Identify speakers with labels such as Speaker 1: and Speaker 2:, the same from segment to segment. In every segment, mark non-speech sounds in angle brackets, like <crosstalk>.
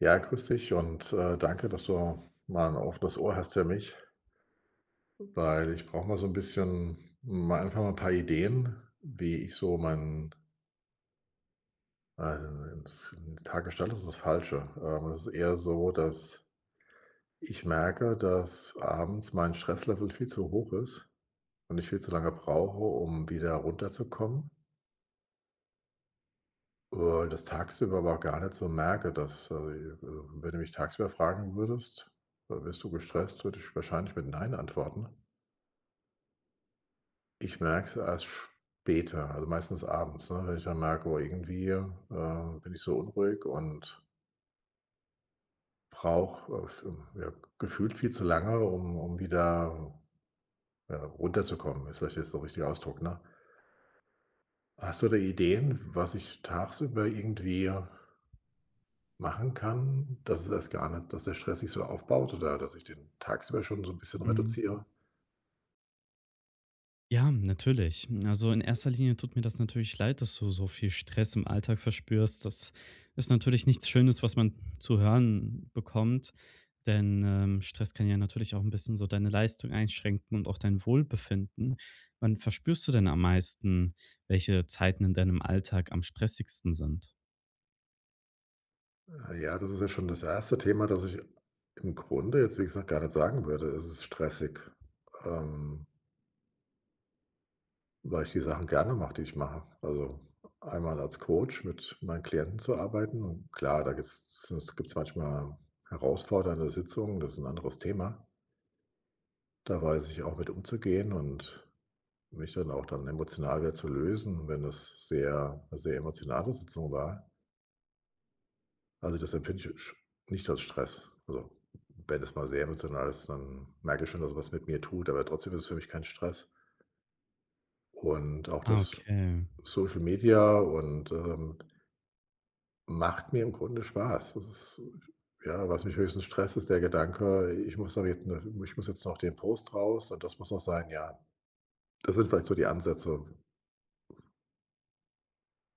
Speaker 1: Ja, grüß dich und, danke, dass du mal 'n offenes Ohr hast für mich, weil ich brauche mal so ein bisschen mal einfach mal 'n paar Ideen, wie ich so meinen, s Tag gestalte ist das Falsche. Es ist eher so, dass ich merke, dass abends mein Stresslevel viel zu hoch ist und ich viel zu lange brauche, um wieder runterzukommen, das tagsüber aber gar nicht so merke, dass, wenn du mich tagsüber fragen würdest: Bist du gestresst?“, würde ich wahrscheinlich mit „Nein“ antworten. Ich merke es erst später, also meistens abends, ne, wenn ich dann merke: „Oh, irgendwie, bin ich so unruhig und brauche, f ja, gefühlt viel zu lange, um wieder, ja, runterzukommen“, ist vielleicht jetzt der richtige Ausdruck, ne? Hast du da Ideen, was ich tagsüber irgendwie machen kann, dass es erst gar nicht dass der Stress sich so aufbaut oder dass ich den tagsüber schon so ein bisschen
Speaker 2: Mhm.
Speaker 1: reduziere?
Speaker 2: Ja, natürlich. Also in erster Linie tut mir das natürlich leid, dass du so viel Stress im Alltag verspürst. Das ist natürlich nichts Schönes, was man zu hören bekommt, denn Stress kann ja natürlich auch ein bisschen so deine Leistung einschränken und auch dein Wohlbefinden. Wann verspürst du denn am meisten, welche Zeiten in deinem Alltag am stressigsten sind?
Speaker 1: Ah ja, das ist ja schon das erste Thema, das ich im Grunde jetzt, wie gesagt, gar nicht sagen würde. Es ist stressig, ähm, weil ich die Sachen gerne mache, die ich mache. Also, einmal als Coach mit meinen Klienten zu arbeiten und klar, da gibt es manchmal herausfordernde Sitzungen, das ist ein anderes Thema. Da weiß ich auch mit umzugehen und mich dann auch dann emotional wieder zu lösen, wenn es sehr emotionale Sitzung war. Also, das empfinde ich sch nicht als Stress. Also, wenn es mal sehr emotional ist, dann merke ich schon, dass es was mit mir tut, aber trotzdem ist es für mich kein Stress. Und auch
Speaker 2: Ah,
Speaker 1: das
Speaker 2: okay.
Speaker 1: Social Media und, macht mir im Grunde Spaß. Das ist ja, was mich höchstens stresst, ist der Gedanke, ich muss jetzt noch den Post raus und das muss noch sein, ja. Das sind vielleicht so die Ansätze,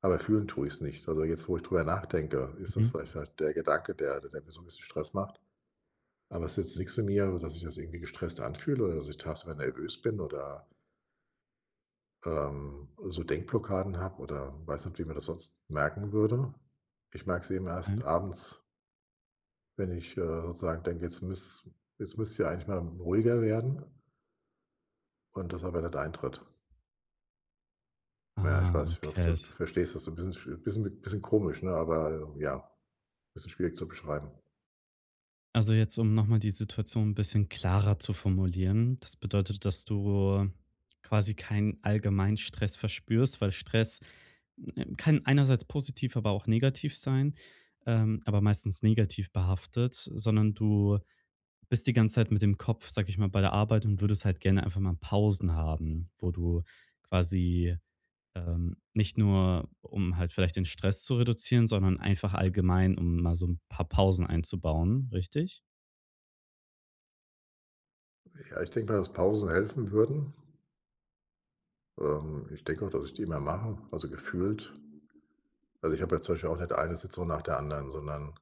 Speaker 1: aber fühlen tue ich es nicht. Also, jetzt, wo ich drüber nachdenke, ist das
Speaker 2: Mhm.
Speaker 1: vielleicht halt der Gedanke, der mir so ein bisschen Stress macht. Aber es ist jetzt nichts in mir, dass ich das irgendwie gestresst anfühle oder dass ich tagsüber nervös bin oder, so Denkblockaden habe oder weiß nicht, wie man das sonst merken würde. Ich merke es eben
Speaker 2: Ja.
Speaker 1: erst abends, wenn ich, sozusagen denke: Jetzt müsst ihr eigentlich mal ruhiger werden“ und das aber nicht eintritt. Ja, ich
Speaker 2: Ah,
Speaker 1: weiß, ich hoffe,
Speaker 2: okay.
Speaker 1: du verstehst das so ein bisschen schwi bisschen bisschen komisch, ne, aber ja, ein bisschen schwierig zu beschreiben.
Speaker 2: Also jetzt, um nochmal die Situation ein bisschen klarer zu formulieren. Das bedeutet, dass du quasi keinen allgemeinen Stress verspürst, weil Stress kann einerseits positiv, aber auch negativ sein aber meistens negativ behaftet, sondern du bist die ganze Zeit mit dem Kopf, sage ich mal, bei der Arbeit und würdest halt gerne einfach mal Pausen haben, wo du quasi, nicht nur, um halt vielleicht den Stress zu reduzieren, sondern einfach allgemein, um mal so ein paar Pausen einzubauen, richtig?
Speaker 1: Ja, ich denke mal, dass Pausen helfen würden. Ich denke auch, dass ich die immer mache, also gefühlt. Also, ich habe jetzt zum Beispiel auch nicht eine Sitzung nach der anderen, sondern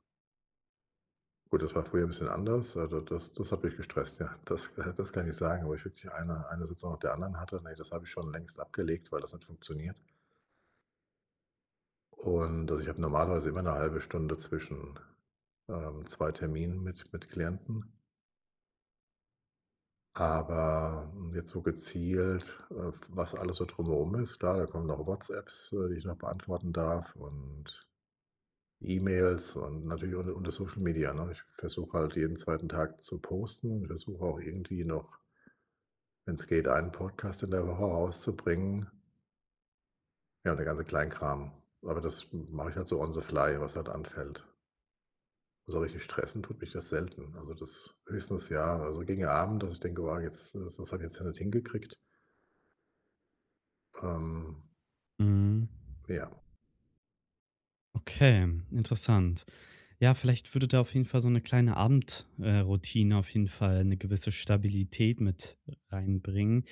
Speaker 1: gut, das war früher ein bisschen anders, also, das hat mich gestresst, ja. Das <laughs> das kann ich sagen, wo ich wirklich eine Sitzung nach der anderen hatte. Ne, das habe ich schon längst abgelegt, weil das nicht funktioniert. Und, also, ich habe normalerweise immer eine halbe Stunde zwischen, 2 Terminen mit Klienten. Aber, hm, jetzt so gezielt, was alles so drumherum ist, klar, da kommen noch WhatsApps, die ich noch beantworten darf und E-Mails und natürlich unter und Social Media, ne? Ich versuche halt jeden zweiten Tag zu posten. Ich versuche auch irgendwie noch, wenn es geht, einen Podcast in der Woche rauszubringen. Ja, und der ganze Kleinkram. Aber das mache ich halt so on the fly, was halt anfällt. So richtig stressen tut mich das selten. Also, das höchstens ja, also gegen Abend, dass ich denke: „Wow, jetzt das habe ich jetzt ja nicht hingekriegt.“ Ähm,
Speaker 2: Mhm.
Speaker 1: ja.
Speaker 2: Okay, interessant. Ja, vielleicht würde da auf jeden Fall so eine kleine Abendroutine Routine auf jeden Fall eine gewisse Stabilität mit reinbringen,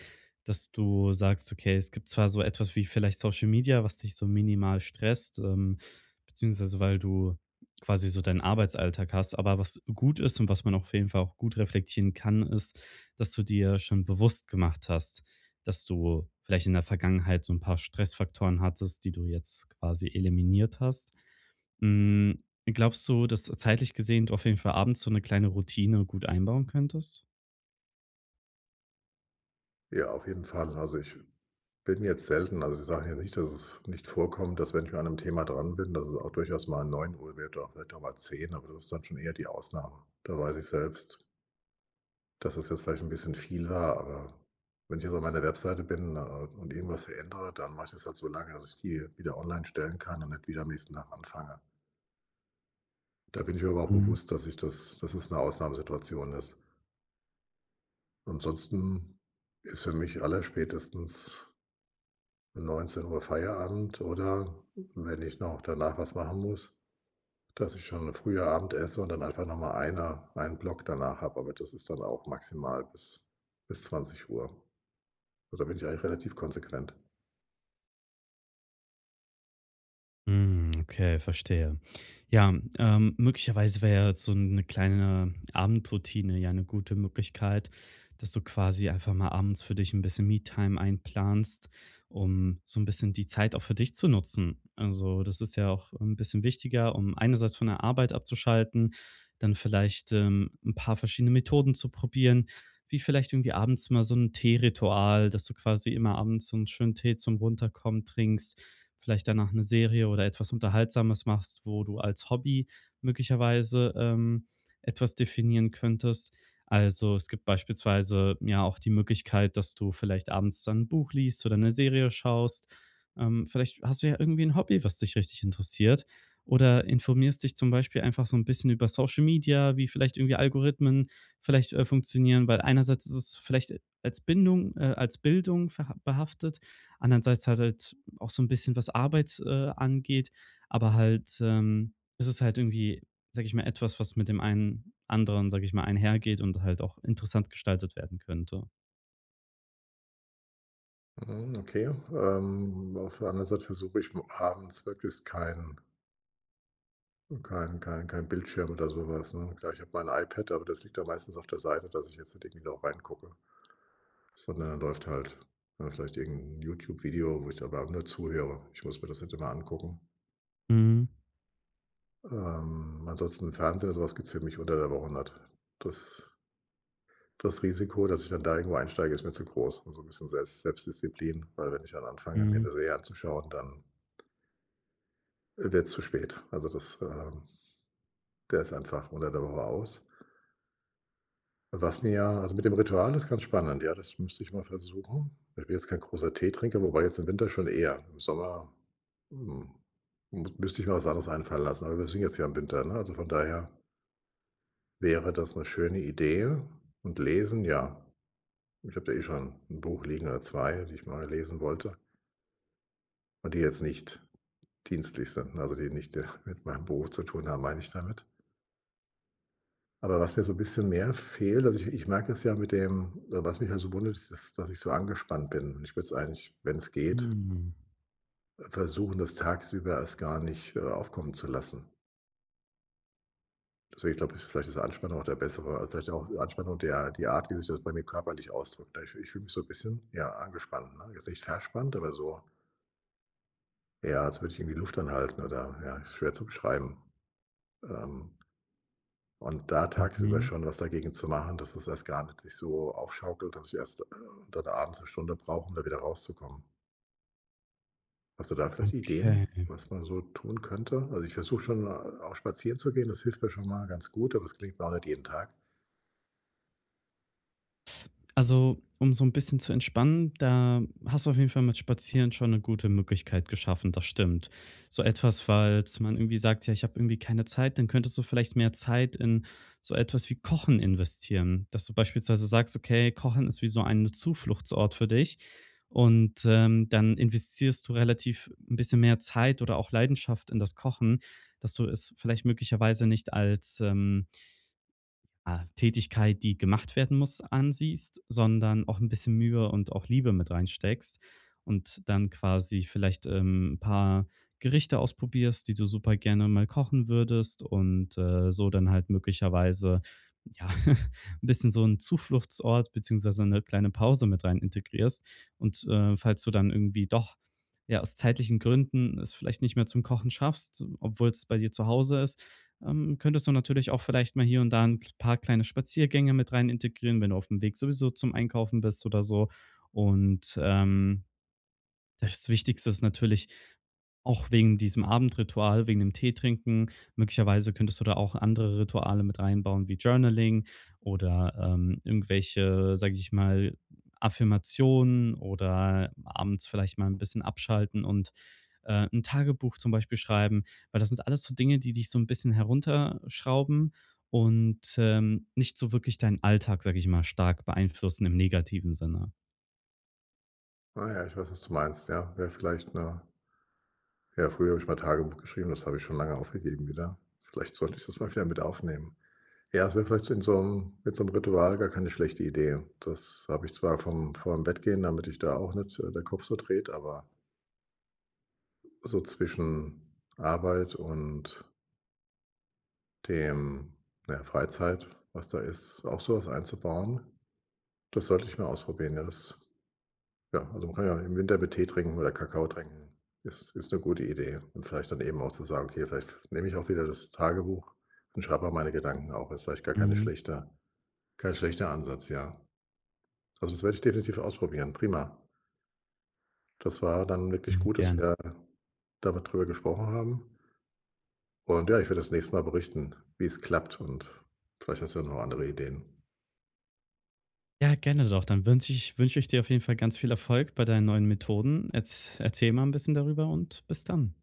Speaker 2: dass du sagst: „Okay, es gibt zwar so etwas wie vielleicht Social Media, was dich so minimal stresst, beziehungsweise weil du quasi so deinen Arbeitsalltag hast.“ Aber was gut ist und was man auf jeden Fall auch gut reflektieren kann, ist, dass du dir schon bewusst gemacht hast, dass du vielleicht in der Vergangenheit so ein paar Stressfaktoren hattest, die du jetzt quasi eliminiert hast. Hm, glaubst du, dass zeitlich gesehen du auf jeden Fall abends so 'ne kleine Routine gut einbauen könntest?
Speaker 1: Ja, auf jeden Fall. Also, ich bin jetzt selten. Also, ich sage jetzt nicht, dass es nicht vorkommt, dass wenn ich an einem Thema dran bin, dass es auch durchaus mal 9 Uhr wird oder vielleicht auch mal 10, aber das ist dann schon eher die Ausnahme. Da weiß ich selbst, dass es jetzt vielleicht ein bisschen viel war, aber wenn ich jetzt auf meiner Webseite bin, und irgendwas verändere, dann mache ich das halt so lange, dass ich die wieder online stellen kann und nicht wieder am nächsten Tag anfange. Da bin ich mir aber auch bewusst, dass ich dass es eine Ausnahmesituation ist. Ansonsten ist für mich allerspätestens um 19 Uhr Feierabend oder wenn ich noch danach was machen muss, dass ich schon früher Abend esse und dann einfach noch mal einen Block danach habe, aber das ist dann auch maximal bis 20:00. Also, da bin ich eigentlich relativ konsequent.
Speaker 2: Hm, okay, verstehe. Ja, möglicherweise wäre ja so eine kleine Abendroutine ja eine gute Möglichkeit, dass du quasi einfach mal abends für dich ein bisschen Me-Time einplanst, um so ein bisschen die Zeit auch für dich zu nutzen. Also, das ist ja auch ein bisschen wichtiger, um einerseits von der Arbeit abzuschalten, dann vielleicht, 'n paar verschiedene Methoden zu probieren, wie vielleicht irgendwie abends mal so ein Teeritual, dass du quasi immer abends so einen schönen Tee zum Runterkommen trinkst, vielleicht danach eine Serie oder etwas Unterhaltsames machst, wo du als Hobby möglicherweise, etwas definieren könntest. Also, es gibt beispielsweise ja auch die Möglichkeit, dass du vielleicht abends dann ein Buch liest oder eine Serie schaust. Vielleicht hast du ja irgendwie ein Hobby, was dich richtig interessiert, oder informierst dich zum Beispiel einfach so ein bisschen über Social Media, wie vielleicht irgendwie Algorithmen vielleicht, funktionieren, weil einerseits ist es vielleicht als Bindung als Bildung verha behaftet, andererseits hat halt auch so ein bisschen, was Arbeit, angeht, aber halt, es ist es halt irgendwie, sage ich mal, etwas, was mit dem einen anderen, sage ich mal, einhergeht und halt auch interessant gestaltet werden könnte.
Speaker 1: Mhm, okay. Auf der anderen Seite versuche ich abends wirklich kein Bildschirm oder sowas. Was, ne? Klar, ich habe mein iPad, aber das liegt da meistens auf der Seite, dass ich jetzt nicht irgendwie da reingucke. Sondern dann läuft halt, ja, vielleicht irgendein YouTube-Video, wo ich aber nur zuhöre. Ich muss mir das nicht immer angucken.
Speaker 2: Mhm,
Speaker 1: Ansonsten Fernsehen oder so was gibt's für mich unter der Woche nicht. Das Das Risiko, dass ich dann da irgendwo einsteige, ist mir zu groß und so 'n bisschen Selbstdisziplin, weil wenn ich dann anfange, mir
Speaker 2: mhm,
Speaker 1: 'ne Serie anzuschauen, dann, wird's zu spät. Also das, der ist einfach unter der Woche aus. Was mir ja also mit dem Ritual ist ganz spannend, ja, das müsste ich mal versuchen. Ich bin jetzt kein großer Teetrinker, wobei jetzt im Winter schon eher. Im Sommer, hm, mü müsste ich mir was anderes einfallen lassen, aber wir sind jetzt ja im Winter, ne? Also, von daher wäre das eine schöne Idee und lesen, ja. Ich habe da eh schon ein Buch liegen oder 2, die ich mal lesen wollte und die jetzt nicht dienstlich sind, ne, also die nicht, <laughs> mit meinem Beruf zu tun haben, meine ich damit. Aber was mir so ein bisschen mehr fehlt also, ich merke es ja mit dem was mich halt so wundert, ist, dass ich so angespannt bin. Und ich würde es eigentlich, wenn es geht,
Speaker 2: mhm,
Speaker 1: versuchen, das tagsüber erst gar nicht, aufkommen zu lassen. Deswegen glaube ich, ist Anspannung auch der bessere also vielleicht auch Anspannung der die Art, wie sich das bei mir körperlich ausdrückt. Ich fühle mich so ein bisschen, ja, angespannt, ne? Jetzt nicht verspannt, aber so, ja, als würde ich irgendwie Luft anhalten oder ja, ist schwer zu beschreiben. Ähm, Und da tagsüber
Speaker 2: mhm,
Speaker 1: schon was dagegen zu machen, dass das erst gar nicht sich so aufschaukelt, dass ich erst, dann abends eine Stunde brauche, um da wieder rauszukommen. Hast du da vielleicht Ideen,
Speaker 2: okay.
Speaker 1: was man so tun könnte? Also, ich versuche schon, auch spazieren zu gehen, das hilft mir schon mal ganz gut, aber es klingt mir auch nicht jeden Tag.
Speaker 2: Also, um so ein bisschen zu entspannen, da hast du auf jeden Fall mit Spazieren schon eine gute Möglichkeit geschaffen, das stimmt. So etwas, falls man irgendwie sagt: „Ja, ich habe irgendwie keine Zeit“, dann könntest du vielleicht mehr Zeit in so etwas wie Kochen investieren. Dass du beispielsweise sagst: „Okay, Kochen ist wie so ein Zufluchtsort für dich“, und, dann investierst du relativ ein bisschen mehr Zeit oder auch Leidenschaft in das Kochen, dass du es vielleicht möglicherweise nicht als, Ah, Tätigkeit, die gemacht werden muss, ansiehst, sondern auch ein bisschen Mühe und auch Liebe mit reinsteckst und dann quasi vielleicht, 'n paar Gerichte ausprobierst, die du super gerne mal kochen würdest, und, so dann halt möglicherweise ja, <laughs> ein bisschen so 'n Zufluchtsort beziehungsweise eine kleine Pause mit rein integrierst. Und, falls du dann irgendwie doch, ja, aus zeitlichen Gründen es vielleicht nicht mehr zum Kochen schaffst, obwohl es bei dir zu Hause ist, könntest du natürlich auch vielleicht mal hier und da ein paar kleine Spaziergänge mit rein integrieren, wenn du auf dem Weg sowieso zum Einkaufen bist oder so. Und, das Wichtigste ist natürlich auch wegen diesem Abendritual, wegen dem Tee trinken. Möglicherweise könntest du da auch andere Rituale mit reinbauen, wie Journaling oder, irgendwelche, sage ich mal, Affirmationen oder abends vielleicht mal ein bisschen abschalten und, 'n Tagebuch zum Beispiel schreiben, weil das sind alles so Dinge, die dich so ein bisschen herunterschrauben und, nicht so wirklich deinen Alltag, sage ich mal, stark beeinflussen im negativen Sinne.
Speaker 1: Ah ja, ich weiß, was du meinst, ja. Wäre vielleicht 'ne ja, früher habe ich mal Tagebuch geschrieben, das habe ich schon lange aufgegeben wieder. Vielleicht sollte ich das mal wieder mit aufnehmen. Ja, es wäre vielleicht so in so 'nem mit so einem Ritual gar keine schlechte Idee. Das habe ich zwar vom vor dem Bett gehen, damit ich da auch nicht, der Kopf so dreht, aber so zwischen Arbeit und dem na ja, Freizeit, was da ist, auch sowas einzubauen, das sollte ich mal ausprobieren. Ja, das ja, also man kann ja im Winter mit Tee trinken oder Kakao trinken. Ist 'ne gute Idee. Und vielleicht dann eben auch zu sagen: „Okay, vielleicht nehme ich auch wieder das Tagebuch und schreibe mal meine Gedanken auch. Ist vielleicht gar
Speaker 2: Mhm.
Speaker 1: kein schlechter Ansatz, ja. Also, das werde ich definitiv ausprobieren. Prima. Das war dann wirklich
Speaker 2: Ja,
Speaker 1: gut, dass
Speaker 2: gerne.
Speaker 1: wir damit drüber gesprochen haben. Und ja, ich werde das nächste Mal berichten, wie es klappt und vielleicht hast du ja noch andere Ideen.
Speaker 2: Ja, gerne doch. Dann wünsche ich dir auf jeden Fall ganz viel Erfolg bei deinen neuen Methoden. Jetzt erzähl mal ein bisschen darüber und bis dann.